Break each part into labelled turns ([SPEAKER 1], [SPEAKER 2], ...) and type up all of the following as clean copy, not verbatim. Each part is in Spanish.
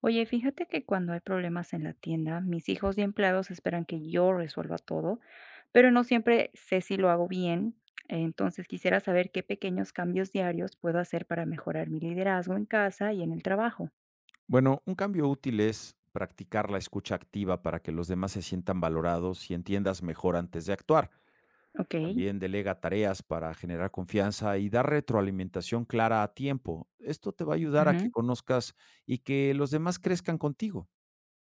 [SPEAKER 1] Oye, fíjate que cuando hay problemas en la tienda, mis hijos y empleados esperan que yo resuelva todo, pero no siempre sé si lo hago bien. Entonces quisiera saber qué pequeños cambios diarios puedo hacer para mejorar mi liderazgo en casa y en el trabajo.
[SPEAKER 2] Bueno, un cambio útil es practicar la escucha activa para que los demás se sientan valorados y entiendas mejor antes de actuar.
[SPEAKER 1] Ok.
[SPEAKER 2] También delega tareas para generar confianza y dar retroalimentación clara a tiempo. Esto te va a ayudar a que
[SPEAKER 1] Ujú.
[SPEAKER 2] conozcas y que los demás crezcan contigo.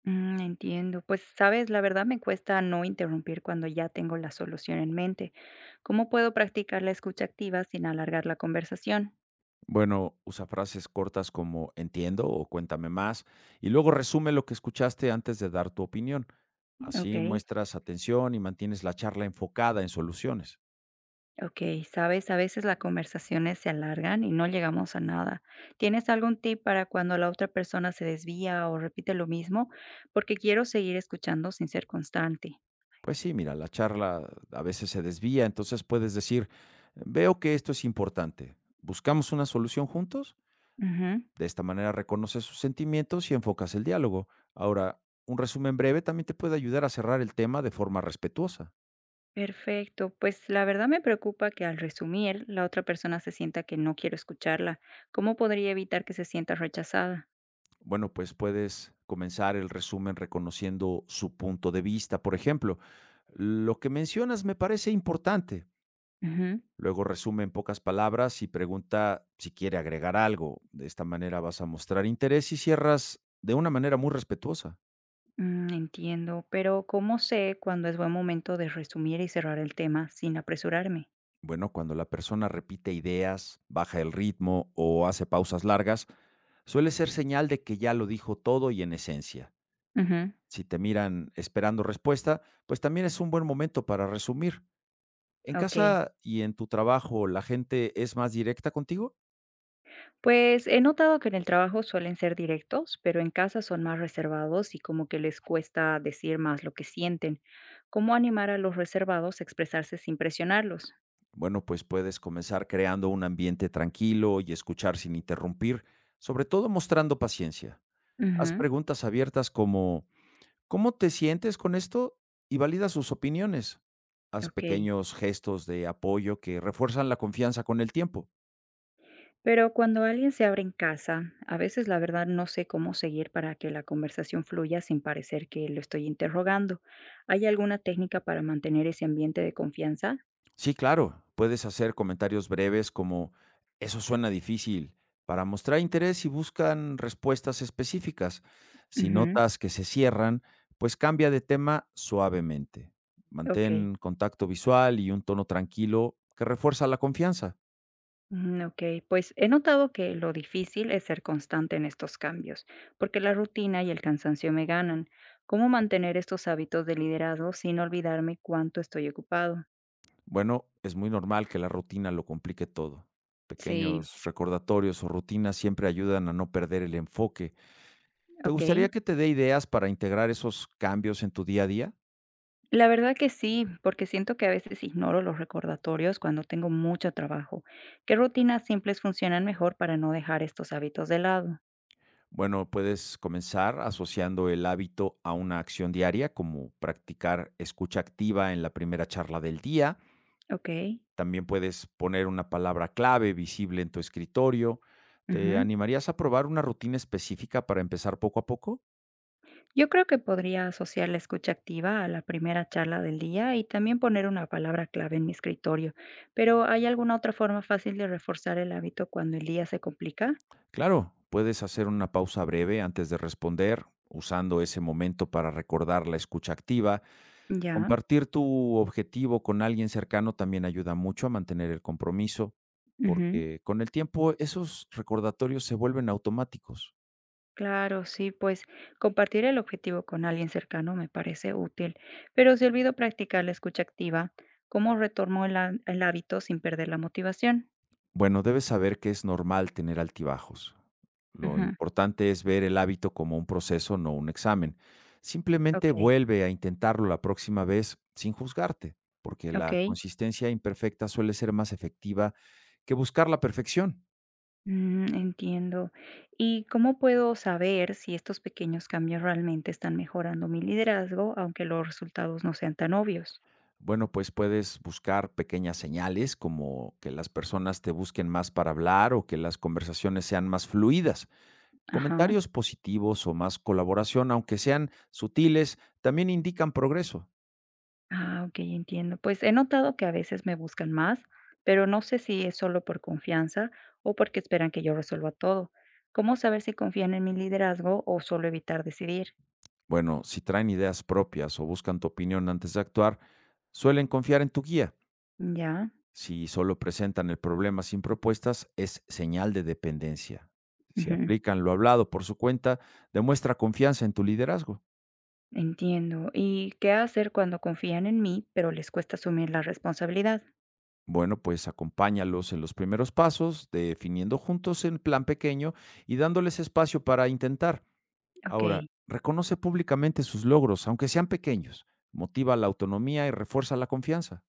[SPEAKER 1] Entiendo. Pues, sabes, la verdad me cuesta no interrumpir cuando ya tengo la solución en mente. ¿Cómo puedo practicar la escucha activa sin alargar la conversación?
[SPEAKER 2] Bueno, usa frases cortas como entiendo o cuéntame más y luego resume lo que escuchaste antes de dar tu opinión. Así
[SPEAKER 1] Ok.
[SPEAKER 2] muestras atención y mantienes la charla enfocada en soluciones.
[SPEAKER 1] Okey, ¿sabes? A veces las conversaciones se alargan y no llegamos a nada. ¿Tienes algún tip para cuando la otra persona se desvía o repite lo mismo? Porque quiero seguir escuchando sin ser constante.
[SPEAKER 2] Pues sí, mira, la charla a veces se desvía, entonces puedes decir, veo que esto es importante, buscamos una solución juntos,
[SPEAKER 1] Ujú.
[SPEAKER 2] de esta manera reconoces sus sentimientos y enfocas el diálogo. Ahora, un resumen breve también te puede ayudar a cerrar el tema de forma respetuosa.
[SPEAKER 1] Perfecto. Pues la verdad me preocupa que al resumir, la otra persona se sienta que no quiero escucharla. ¿Cómo podría evitar que se sienta rechazada?
[SPEAKER 2] Bueno, pues puedes comenzar el resumen reconociendo su punto de vista, por ejemplo. Lo que mencionas me parece importante,
[SPEAKER 1] Ujú.
[SPEAKER 2] luego resume en pocas palabras y pregunta si quiere agregar algo. De esta manera vas a mostrar interés y cierras de una manera muy respetuosa.
[SPEAKER 1] Entiendo, pero ¿cómo sé cuándo es buen momento de resumir y cerrar el tema sin apresurarme?
[SPEAKER 2] Bueno, cuando la persona repite ideas, baja el ritmo o hace pausas largas, suele ser señal de que ya lo dijo todo y en esencia.
[SPEAKER 1] Ujú.
[SPEAKER 2] Si te miran esperando respuesta, pues también es un buen momento para resumir. ¿En
[SPEAKER 1] Okey.
[SPEAKER 2] casa y en tu trabajo la gente es más directa contigo?
[SPEAKER 1] Pues he notado que en el trabajo suelen ser directos, pero en casa son más reservados y como que les cuesta decir más lo que sienten. ¿Cómo animar a los reservados a expresarse sin presionarlos?
[SPEAKER 2] Bueno, pues puedes comenzar creando un ambiente tranquilo y escuchar sin interrumpir, sobre todo mostrando paciencia. Haz
[SPEAKER 1] Ujú,
[SPEAKER 2] preguntas abiertas como ¿cómo te sientes con esto? Y valida sus opiniones. Haz
[SPEAKER 1] ok.
[SPEAKER 2] pequeños gestos de apoyo que refuerzan la confianza con el tiempo.
[SPEAKER 1] Pero cuando alguien se abre en casa, a veces la verdad no sé cómo seguir para que la conversación fluya sin parecer que lo estoy interrogando. ¿Hay alguna técnica para mantener ese ambiente de confianza?
[SPEAKER 2] Sí, claro, puedes hacer comentarios breves como eso suena difícil para mostrar interés y buscan respuestas específicas. Si
[SPEAKER 1] Ujú,
[SPEAKER 2] notas que se cierran, pues cambia de tema suavemente.
[SPEAKER 1] ok.
[SPEAKER 2] Mantén contacto visual y un tono tranquilo que refuerza la confianza.
[SPEAKER 1] Okey, pues he notado que lo difícil es ser constante en estos cambios, porque la rutina y el cansancio me ganan. ¿Cómo mantener estos hábitos de liderazgo sin olvidarme cuánto estoy ocupado?
[SPEAKER 2] Bueno, es muy normal que la rutina lo complique todo.
[SPEAKER 1] Sí,
[SPEAKER 2] Pequeños recordatorios o rutinas siempre ayudan a no perder el enfoque. ¿Te
[SPEAKER 1] okey.
[SPEAKER 2] gustaría que te dé ideas para integrar esos cambios en tu día a día?
[SPEAKER 1] La verdad que sí, porque siento que a veces ignoro los recordatorios cuando tengo mucho trabajo. ¿Qué rutinas simples funcionan mejor para no dejar estos hábitos de lado?
[SPEAKER 2] Bueno, puedes comenzar asociando el hábito a una acción diaria, como practicar escucha activa en la primera charla del día.
[SPEAKER 1] Okey.
[SPEAKER 2] También puedes poner una palabra clave visible en tu escritorio. ¿Te animarías a probar una rutina específica para empezar poco a poco?
[SPEAKER 1] Yo creo que podría asociar la escucha activa a la primera charla del día y también poner una palabra clave en mi escritorio. Pero ¿hay alguna otra forma fácil de reforzar el hábito cuando el día se complica?
[SPEAKER 2] Claro, puedes hacer una pausa breve antes de responder, usando ese momento para recordar la escucha activa.
[SPEAKER 1] Ya.
[SPEAKER 2] Compartir tu objetivo con alguien cercano también ayuda mucho a mantener el compromiso.
[SPEAKER 1] Ujú.
[SPEAKER 2] Porque con el tiempo esos recordatorios se vuelven automáticos.
[SPEAKER 1] Claro, sí, pues compartir el objetivo con alguien cercano me parece útil. Pero si olvido practicar la escucha activa, ¿cómo retomo el hábito sin perder la motivación?
[SPEAKER 2] Bueno, debes saber que es normal tener altibajos. Lo
[SPEAKER 1] Ujú,
[SPEAKER 2] importante es ver el hábito como un proceso, no un examen. Simplemente
[SPEAKER 1] ok,
[SPEAKER 2] vuelve a intentarlo la próxima vez sin juzgarte, porque
[SPEAKER 1] ok.
[SPEAKER 2] la consistencia imperfecta suele ser más efectiva que buscar la perfección.
[SPEAKER 1] Entiendo. ¿Y cómo puedo saber si estos pequeños cambios realmente están mejorando mi liderazgo, aunque los resultados no sean tan obvios?
[SPEAKER 2] Bueno, pues puedes buscar pequeñas señales como que las personas te busquen más para hablar o que las conversaciones sean más fluidas.
[SPEAKER 1] Ajá.
[SPEAKER 2] Comentarios positivos o más colaboración, aunque sean sutiles, también indican progreso.
[SPEAKER 1] Ok, entiendo. Pues he notado que a veces me buscan más, pero no sé si es solo por confianza o porque esperan que yo resuelva todo. ¿Cómo saber si confían en mi liderazgo o solo evitar decidir?
[SPEAKER 2] Bueno, si traen ideas propias o buscan tu opinión antes de actuar, suelen confiar en tu guía.
[SPEAKER 1] Ya.
[SPEAKER 2] Si solo presentan el problema sin propuestas, es señal de dependencia. Si
[SPEAKER 1] Ujú.
[SPEAKER 2] aplican lo hablado por su cuenta, demuestra confianza en tu liderazgo.
[SPEAKER 1] Entiendo. ¿Y qué hacer cuando confían en mí, pero les cuesta asumir la responsabilidad?
[SPEAKER 2] Bueno, pues acompáñalos en los primeros pasos, definiendo juntos el plan pequeño y dándoles espacio para intentar.
[SPEAKER 1] Ok.
[SPEAKER 2] Ahora, reconoce públicamente sus logros, aunque sean pequeños, motiva la autonomía y refuerza la confianza.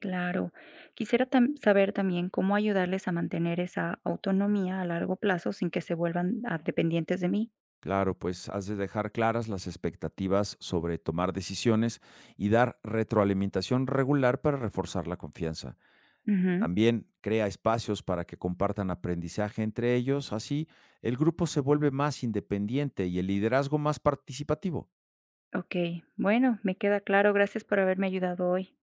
[SPEAKER 1] Claro. Saber también cómo ayudarles a mantener esa autonomía a largo plazo sin que se vuelvan dependientes de mí.
[SPEAKER 2] Claro, pues has de dejar claras las expectativas sobre tomar decisiones y dar retroalimentación regular para reforzar la confianza.
[SPEAKER 1] Ujú.
[SPEAKER 2] También crea espacios para que compartan aprendizaje entre ellos, así el grupo se vuelve más independiente y el liderazgo más participativo.
[SPEAKER 1] Ok, bueno, me queda claro. Gracias por haberme ayudado hoy.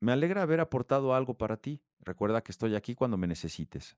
[SPEAKER 2] Me alegra haber aportado algo para ti. Recuerda que estoy aquí cuando me necesites.